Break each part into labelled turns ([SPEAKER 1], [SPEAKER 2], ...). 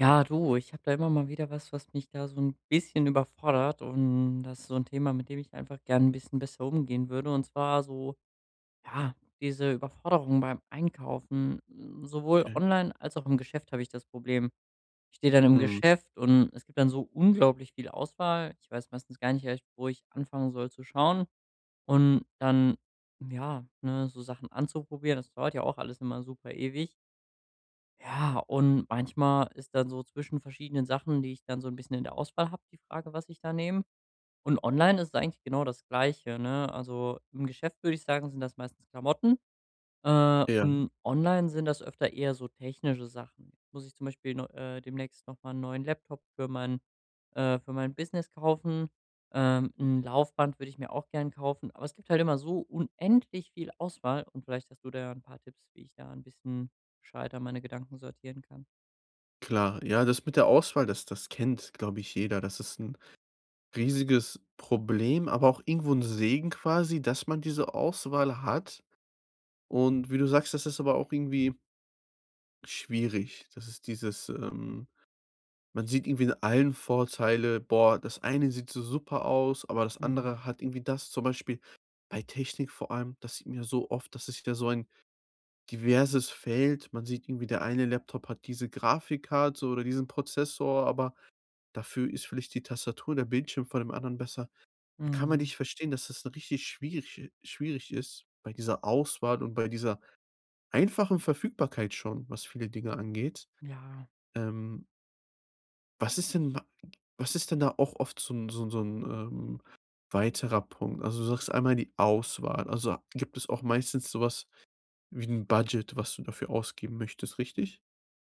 [SPEAKER 1] Ja, du, ich habe da immer mal wieder was, was mich da so ein bisschen überfordert, und das ist so ein Thema, mit dem ich einfach gern ein bisschen besser umgehen würde. Und zwar so, ja, diese Überforderung beim Einkaufen, sowohl
[SPEAKER 2] Okay.
[SPEAKER 1] online als auch im Geschäft habe ich das Problem. Ich stehe dann im
[SPEAKER 2] Mhm.
[SPEAKER 1] Geschäft und es gibt dann so unglaublich viel Auswahl. Ich weiß meistens gar nicht recht, wo ich anfangen soll zu schauen, und dann, ja, ne, so Sachen anzuprobieren. Das dauert ja auch alles immer super ewig. Ja, und manchmal ist dann so zwischen verschiedenen Sachen, die ich dann so ein bisschen in der Auswahl habe, die Frage, was ich da nehme. Und online ist es eigentlich genau das Gleiche, ne? Also, im Geschäft würde ich sagen, sind das meistens Klamotten. Äh,
[SPEAKER 2] Ja,
[SPEAKER 1] und online sind das öfter eher so technische Sachen. Jetzt muss ich zum Beispiel neu demnächst noch mal 'n neuen Laptop für mein Business kaufen. 'N Laufband würde ich mir auch gern kaufen, aber es gibt halt immer so unendlich viel Auswahl, und vielleicht hast du da ja 'n paar Tipps, wie ich da ein bisschen gescheiter meine Gedanken sortieren kann.
[SPEAKER 2] klar. Ja, das mit der Auswahl, das kennt, glaube ich, jeder. Das ist ein riesiges Problem, aber auch irgendwo ein Segen quasi, dass man diese Auswahl hat. Und wie du sagst, das ist aber auch irgendwie schwierig. Das ist dieses, man sieht irgendwie in allen Vorteile: „Boah, das eine sieht so super aus, aber das
[SPEAKER 1] Mhm,
[SPEAKER 2] andere hat irgendwie das.“ Zum Beispiel bei Technik vor allem, das sieht man ja so oft, das ist ja so ein diverses Feld. Man sieht irgendwie, der eine Laptop hat diese Grafikkarte oder diesen Prozessor, aber dafür ist vielleicht die Tastatur und der Bildschirm von dem anderen besser. Da kann man
[SPEAKER 1] mhm.
[SPEAKER 2] nicht verstehen, dass das richtig schwierig ist bei dieser Auswahl und bei dieser einfachen Verfügbarkeit schon, was viele Dinge angeht.
[SPEAKER 1] Ja.
[SPEAKER 2] Ähm, was ist denn wa was ist denn da auch oft so ein weiterer Punkt? Also, du sagst einmal die Auswahl. Also, gibt es auch meistens sowas wie ein Budget, was du dafür ausgeben möchtest, richtig?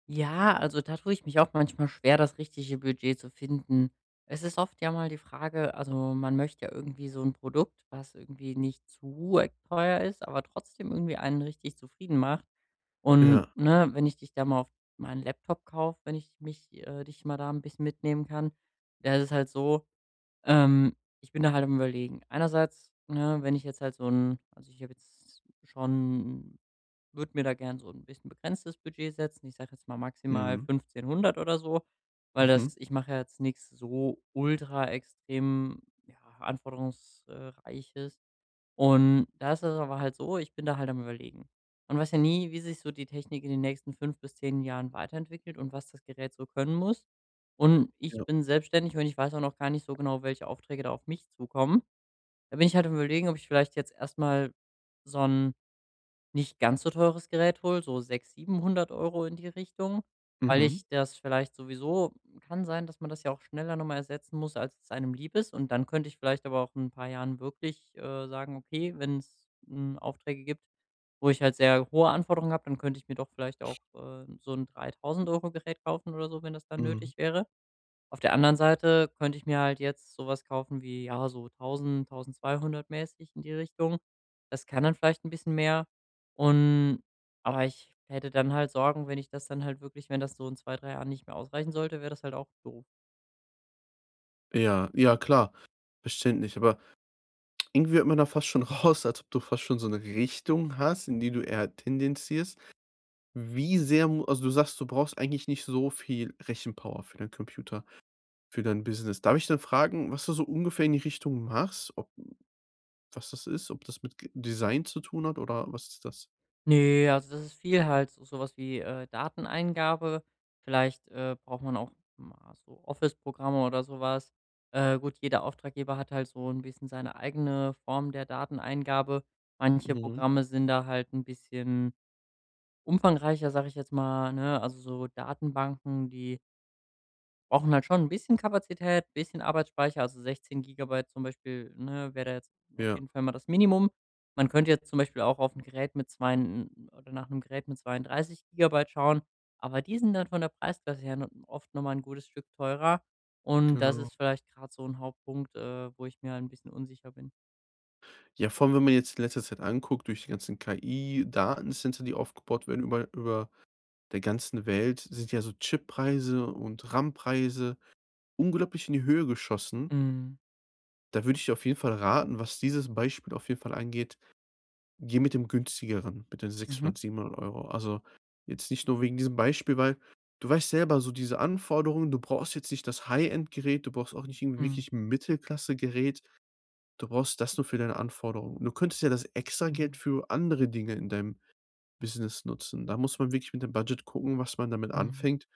[SPEAKER 1] Ja, also da tue ich mich auch manchmal schwer, das richtige Budget zu finden. Es ist oft ja mal die Frage, also man möchte ja irgendwie so ein Produkt, was irgendwie nicht zu e teuer ist, aber trotzdem irgendwie einen richtig zufrieden macht. Und,
[SPEAKER 2] Ja.
[SPEAKER 1] ne, wenn ich dich da mal auf meinen Laptop kaufe, wenn ich mich dich mal da ein bisschen mitnehmen kann, da ist es halt so, ähm, ich bin da halt am Überlegen. Einerseits, ne, wenn ich jetzt halt so 'n, also, ich habe jetzt schon würde mir da gern so ein bisschen begrenztes Budget setzen. Ich sage jetzt mal maximal
[SPEAKER 2] Mhm.
[SPEAKER 1] 1.500 oder so, weil
[SPEAKER 2] Mhm.
[SPEAKER 1] das ich mache ja jetzt nichts so ultra extrem, ja, anforderungsreiches. Und da ist es aber halt so, ich bin da halt am Überlegen. Man weiß ja nie, wie sich so die Technik in den nächsten 5 bis 10 Jahren weiterentwickelt und was das Gerät so können muss. Und ich
[SPEAKER 2] Ja.
[SPEAKER 1] bin selbstständig und ich weiß auch noch gar nicht so genau, welche Aufträge da auf mich zukommen. Da bin ich halt am Überlegen, ob ich vielleicht jetzt erstmal so 'n nicht ganz so teures Gerät hole, so 600, 700 € Euro in die Richtung, weil
[SPEAKER 2] Mhm.
[SPEAKER 1] ich das vielleicht sowieso, kann sein, dass man das ja auch schneller nochmal ersetzen muss, als es einem lieb ist. Und dann könnte ich vielleicht aber auch in 'n paar Jahren wirklich, sagen: „Okay, wenn's Aufträge gibt, wo ich halt sehr hohe Anforderungen habe, dann könnte ich mir doch vielleicht auch, so ein 3.000 Euro Gerät kaufen oder so, wenn das dann
[SPEAKER 2] Mhm.
[SPEAKER 1] nötig wäre.“ Auf der anderen Seite könnte ich mir halt jetzt sowas kaufen wie, ja, so 1.000, 1.200 mäßig in die Richtung. Das kann dann vielleicht ein bisschen mehr, und aber ich hätte dann halt Sorgen, wenn ich das dann halt wirklich wenn das so in 2, 3 Jahren nicht mehr ausreichen sollte, wäre das halt auch doof.
[SPEAKER 2] Ja, ja klar, verständlich. Aber irgendwie hört man da fast schon raus, als ob du fast schon so eine Richtung hast, in die du eher tendenzierst. Wie sehr mu Also, du sagst, du brauchst eigentlich nicht so viel Rechenpower für deinen Computer, für dein Business. Darf ich dann fragen, was du so ungefähr in die Richtung machst? Ob Was das ist? Ob das mit G Design zu tun hat oder was ist das?
[SPEAKER 1] Nee, also das ist viel halt so sowas wie, Dateneingabe. Vielleicht, braucht man auch mal so Office-Programme oder sowas. Gut, jeder Auftraggeber hat halt so ein bisschen seine eigene Form der Dateneingabe. Manche
[SPEAKER 2] Mhm.
[SPEAKER 1] Programme sind da halt ein bisschen umfangreicher, sag ich jetzt mal, ne? Also so Datenbanken, die brauchen halt schon ein bisschen Kapazität, ein bisschen Arbeitsspeicher, also 16 Gigabyte zum Beispiel, ne, wäre da jetzt auf
[SPEAKER 2] Ja,
[SPEAKER 1] jeden Fall mal das Minimum. Man könnte jetzt zum Beispiel auch auf ein Gerät mit zwei oder nach einem Gerät mit 32 Gigabyte schauen, aber die sind dann von der Preisklasse her no oft noch mal 'n gutes Stück teurer, und das
[SPEAKER 2] genau.
[SPEAKER 1] ist vielleicht gerade so ein Hauptpunkt, wo ich mir ein bisschen unsicher bin.
[SPEAKER 2] Ja, vor allem, wenn man jetzt in letzter Zeit anguckt, durch die ganzen KI-Datencenter, die aufgebaut werden über der ganzen Welt sind ja so Chippreise und RAM-Preise unglaublich in die Höhe geschossen.
[SPEAKER 1] Mhm.
[SPEAKER 2] Da würde ich dir auf jeden Fall raten, was dieses Beispiel auf jeden Fall angeht, geh mit dem günstigeren, mit den
[SPEAKER 1] Mhm.
[SPEAKER 2] 600, 700 Euro. Also, jetzt nicht nur wegen diesem Beispiel, weil du weißt selber, so diese Anforderungen, du brauchst jetzt nicht das High-End-Gerät, du brauchst auch nicht irgendwie
[SPEAKER 1] Mhm.
[SPEAKER 2] wirklich 'n Mittelklasse-Gerät, du brauchst das nur für deine Anforderungen. Du könntest ja das Extrageld
[SPEAKER 1] Mhm.
[SPEAKER 2] für andere Dinge in deinem Business nutzen. Da muss man wirklich mit dem Budget gucken, was man damit
[SPEAKER 1] Mhm.
[SPEAKER 2] anfängt.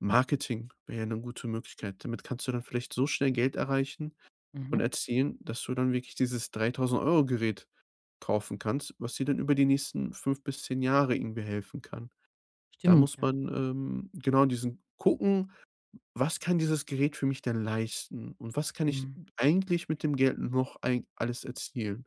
[SPEAKER 2] Marketing wäre ja 'ne gute Möglichkeit. Damit kannst du dann vielleicht so schnell Geld erreichen
[SPEAKER 1] Mhm.
[SPEAKER 2] und erzielen, dass du dann wirklich dieses 3.000 € Gerät kaufen kannst, was dir dann über die nächsten 5 bis 10 Jahre irgendwie helfen kann. Da
[SPEAKER 1] Stimmt,
[SPEAKER 2] muss
[SPEAKER 1] ja.
[SPEAKER 2] man, genau diesen gucken: „Was kann dieses Gerät für mich denn leisten und was kann ich
[SPEAKER 1] Mhm.
[SPEAKER 2] eigentlich mit dem Geld noch eig alles erzielen?“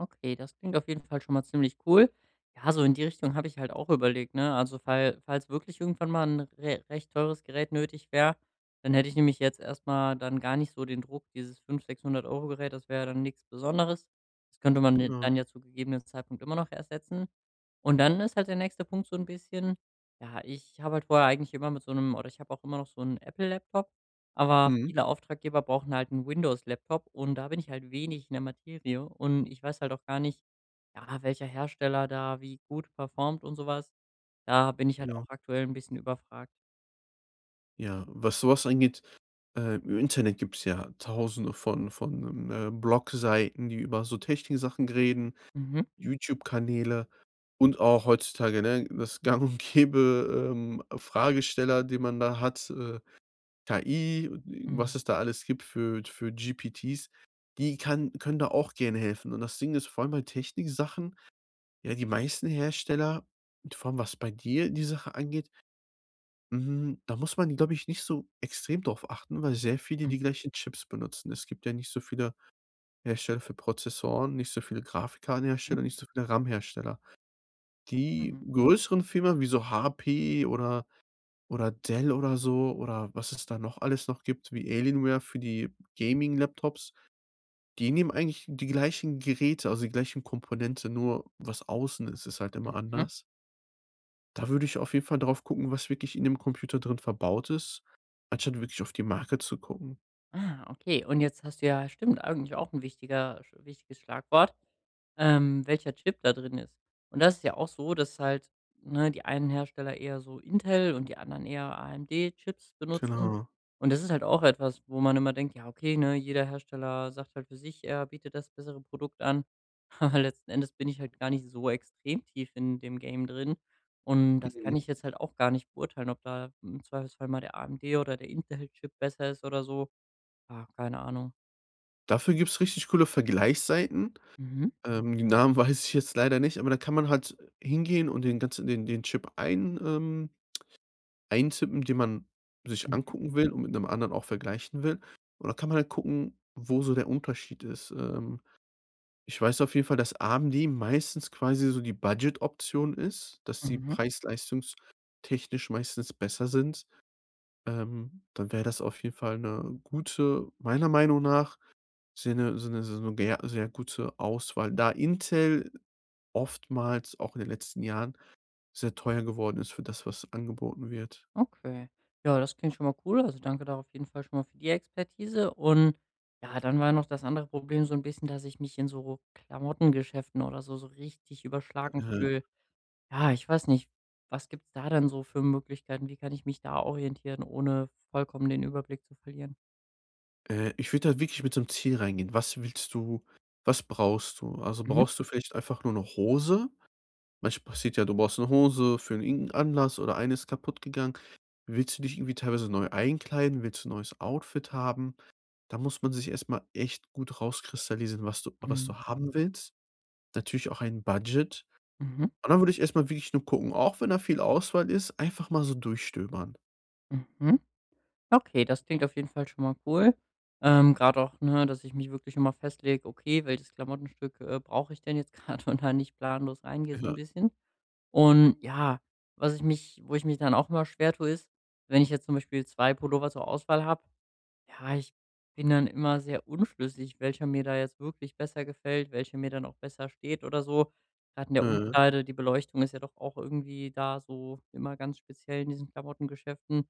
[SPEAKER 1] Okay, das klingt auf jeden Fall schon mal ziemlich cool. Ja, so in die Richtung habe ich halt auch überlegt, ne? Also, falls wirklich irgendwann mal ein re recht teures Gerät nötig wäre, dann hätte ich nämlich jetzt erstmal dann gar nicht so den Druck, dieses 500, 600 € Gerät, das wäre dann nichts Besonderes. Das könnte man ja
[SPEAKER 2] Genau.
[SPEAKER 1] dann ja zu gegebenen Zeitpunkt immer noch ersetzen. Und dann ist halt der nächste Punkt so ein bisschen, ja, ich habe halt vorher eigentlich immer mit so einem, oder ich habe auch immer noch so einen Apple-Laptop. Aber
[SPEAKER 2] Mhm.
[SPEAKER 1] viele Auftraggeber brauchen halt einen Windows-Laptop, und da bin ich halt wenig in der Materie und ich weiß halt auch gar nicht, ja, welcher Hersteller da wie gut performt und sowas. Da bin ich halt auch
[SPEAKER 2] Genau.
[SPEAKER 1] aktuell ein bisschen überfragt.
[SPEAKER 2] Ja, was sowas angeht, im Internet gibt's ja Tausende von Blogseiten, die über so Techniksachen reden.
[SPEAKER 1] Mhm.
[SPEAKER 2] YouTube-Kanäle und auch heutzutage, ne, das gang und gäbe, Fragesteller, den man da hat, KI, was
[SPEAKER 1] Mhm.
[SPEAKER 2] es da alles gibt für GPTs, die kann können da auch gerne helfen. Und das Ding ist vor allem bei Techniksachen, ja, die meisten Hersteller vor allem was bei dir die Sache angeht, da muss man, glaube ich, nicht so extrem drauf achten, weil sehr viele die
[SPEAKER 1] Mhm.
[SPEAKER 2] gleichen Chips benutzen. Es gibt ja nicht so viele Hersteller für Prozessoren, nicht so viele
[SPEAKER 1] Mhm.
[SPEAKER 2] Grafikkartenhersteller, nicht so viele RAM-Hersteller. Die
[SPEAKER 1] Mhm.
[SPEAKER 2] größeren Firmen wie so HP oder Dell oder so oder was es da noch alles noch gibt, wie Alienware für die Gaming-Laptops, die nehmen eigentlich die gleichen Geräte, also die gleichen Komponente, nur was außen ist, ist halt immer
[SPEAKER 1] Mhm.
[SPEAKER 2] anders. Da würde ich auf jeden Fall drauf gucken, was wirklich in dem Computer drin verbaut ist, anstatt wirklich auf die Marke zu gucken.
[SPEAKER 1] Ah, okay. Und jetzt hast du ja stimmt, eigentlich auch ein wichtiger sch wichtiges Schlagwort, welcher Chip da drin ist. Und das ist ja auch so, dass halt, ne, die einen Hersteller eher so Intel und die anderen eher AMD-Chips benutzen.
[SPEAKER 2] Genau.
[SPEAKER 1] Und das ist halt auch etwas, wo man immer denkt: „Ja, okay, ne, jeder Hersteller sagt halt für sich, er bietet das bessere Produkt an.“ Aber letzten Endes bin ich halt gar nicht so extrem tief in dem Game drin. Und das kann
[SPEAKER 2] Mhm.
[SPEAKER 1] ich jetzt halt auch gar nicht beurteilen, ob da im Zweifelsfall mal der AMD oder der Intel-Chip besser ist oder so. Ah, keine Ahnung.
[SPEAKER 2] Dafür gibt's richtig coole Vergleichsseiten.
[SPEAKER 1] Mhm.
[SPEAKER 2] Die Namen weiß ich jetzt leider nicht, aber da kann man halt hingehen und den Chip eintippen, den man sich
[SPEAKER 1] Mhm,
[SPEAKER 2] angucken will und mit 'nem anderen auch vergleichen will. Und dann kann man halt gucken, wo so der Unterschied ist. Ich weiß auf jeden Fall, dass AMD meistens quasi so die Budget-Option ist, dass die
[SPEAKER 1] mhm.
[SPEAKER 2] preis-leistungstechnisch meistens besser sind. Dann wäre das auf jeden Fall 'ne gute meiner Meinung nach sehr 'ne so 'ne so 'ne ger sehr gute Auswahl, da Intel oftmals auch in den letzten Jahren sehr teuer geworden ist für das, was angeboten wird.
[SPEAKER 1] Okay. Ja, das klingt schon mal cool. Also, danke da auf jeden Fall schon mal für die Expertise. Und ja, dann war noch das andere Problem so ein bisschen, dass ich mich in so Klamottengeschäften oder so so richtig überschlagen
[SPEAKER 2] Äh
[SPEAKER 1] fühle. Ja, ich weiß nicht, was gibt's da denn so für Möglichkeiten? Wie kann ich mich da orientieren, ohne vollkommen den Überblick zu verlieren?
[SPEAKER 2] Ich würde da wirklich mit so 'nem Ziel reingehen. Was brauchst du? Also,
[SPEAKER 1] Mhm,
[SPEAKER 2] brauchst du vielleicht einfach nur 'ne Hose? Manchmal passiert ja, du brauchst 'ne Hose für irgend 'n Anlass oder eine ist kaputt gegangen. Willst du dich irgendwie teilweise neu einkleiden? Willst du 'n neues Outfit haben? Da muss man sich erst mal echt gut rauskristallisieren, was du
[SPEAKER 1] mhm,
[SPEAKER 2] haben willst. Natürlich auch ein Budget.
[SPEAKER 1] mhm,
[SPEAKER 2] Und dann würde ich erst mal wirklich nur gucken, auch wenn da viel Auswahl ist, einfach mal so durchstöbern.
[SPEAKER 1] mhm. Okay, das klingt auf jeden Fall schon mal cool. Gerade auch, ne, dass ich mich wirklich schon mal festlege, okay, welches Klamottenstück brauche ich denn jetzt gerade und da nicht planlos reingehe so ein
[SPEAKER 2] Ja.
[SPEAKER 1] bisschen. Und ja, was ich mich, wo ich mich dann auch immer schwer tue, ist, wenn ich jetzt zum Beispiel zwei Pullover zur Auswahl habe, ja, ich bin dann immer sehr unschlüssig, welcher mir da jetzt wirklich besser gefällt, welcher mir dann auch besser steht oder so. Gerade in der
[SPEAKER 2] Mhm.
[SPEAKER 1] Umkleide, die Beleuchtung ist ja doch auch irgendwie da so immer ganz speziell in diesen Klamottengeschäften.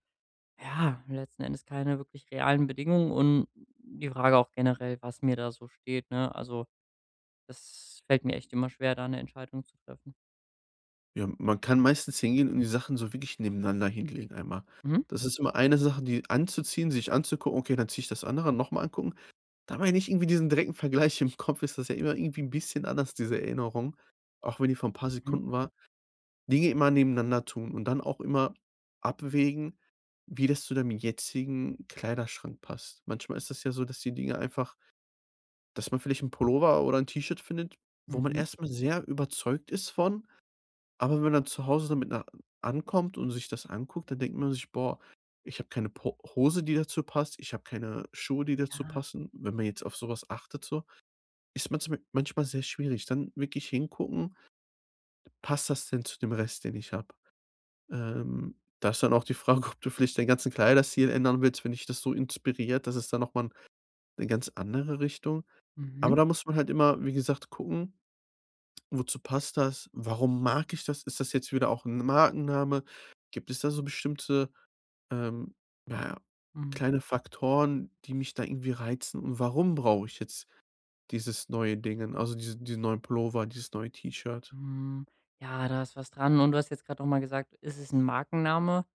[SPEAKER 1] Ja, letzten Endes keine wirklich realen Bedingungen und die Frage auch generell, was mir da so steht, ne? Also, das fällt mir echt immer schwer, da eine Entscheidung zu treffen.
[SPEAKER 2] Ja, man kann meistens hingehen und die Sachen so wirklich nebeneinander hinlegen einmal.
[SPEAKER 1] Mhm,
[SPEAKER 2] Das ist immer eine Sache, die anzuziehen, sich anzugucken, okay, dann ziehe ich das andere noch mal angucken. Da man ja nicht irgendwie diesen direkten Vergleich im Kopf ist das ja immer irgendwie ein bisschen anders, diese Erinnerung, auch wenn die vor 'n paar
[SPEAKER 1] mhm,
[SPEAKER 2] Sekunden war. Dinge immer nebeneinander tun und dann auch immer abwägen, wie das zu deinem jetzigen Kleiderschrank passt. Manchmal ist das ja so, dass die Dinge einfach dass man vielleicht 'n Pullover oder ein T-Shirt findet, wo man
[SPEAKER 1] mhm,
[SPEAKER 2] erst mal sehr überzeugt ist von, aber wenn man dann zu Hause damit ankommt und sich das anguckt, dann denkt man sich: „Boah, ich habe keine Po Hose, die dazu passt. Ich habe keine Schuhe, die dazu
[SPEAKER 1] ja,
[SPEAKER 2] passen.“ Wenn man jetzt auf sowas achtet so, ist man manchmal sehr schwierig. Dann wirklich hingucken: „Passt das denn zu dem Rest, den ich habe?“ da ist dann auch die Frage, ob du vielleicht deinen ganzen Kleiderstil ändern willst, wenn dich das so inspiriert. Das ist dann noch mal 'ne ganz andere Richtung. Aber
[SPEAKER 1] mhm,
[SPEAKER 2] da muss man halt immer, wie gesagt, gucken. Wozu passt das? Warum mag ich das? Ist das jetzt wieder auch ein Markenname? Gibt es da so bestimmte, ähm, na ja,
[SPEAKER 1] mhm,
[SPEAKER 2] kleine Faktoren, die mich da irgendwie reizen? Und warum brauche ich jetzt dieses neue Dingen, also diesen neuen Pullover, dieses neue T-Shirt?
[SPEAKER 1] hm. Ja, da ist was dran, und du hast jetzt gerade noch mal gesagt, ist es ein Markenname?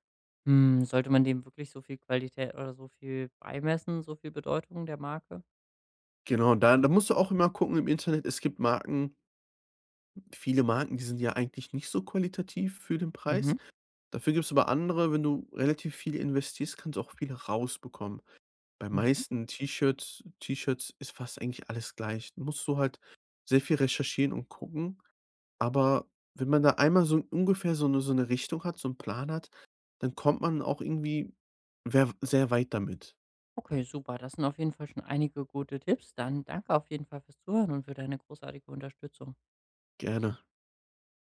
[SPEAKER 1] Hm, sollte man dem wirklich so viel Qualität oder so viel beimessen, so viel Bedeutung der Marke?
[SPEAKER 2] Genau, da musst du auch immer gucken im Internet, es gibt Marken viele Marken, die sind ja eigentlich nicht so qualitativ für den Preis.
[SPEAKER 1] Mhm,
[SPEAKER 2] Dafür gibt es aber andere, wenn du relativ viel investierst, kannst du auch viel rausbekommen. Bei
[SPEAKER 1] mhm.
[SPEAKER 2] meisten T-Shirts ist fast eigentlich alles gleich. Musst du halt sehr viel recherchieren und gucken, aber wenn man da einmal so ungefähr so 'ne Richtung hat, so einen Plan hat, dann kommt man auch irgendwie wer sehr weit damit.
[SPEAKER 1] Okay, super. Das sind auf jeden Fall schon einige gute Tipps. Dann danke auf jeden Fall fürs Zuhören und für deine großartige Unterstützung.
[SPEAKER 2] Gerne.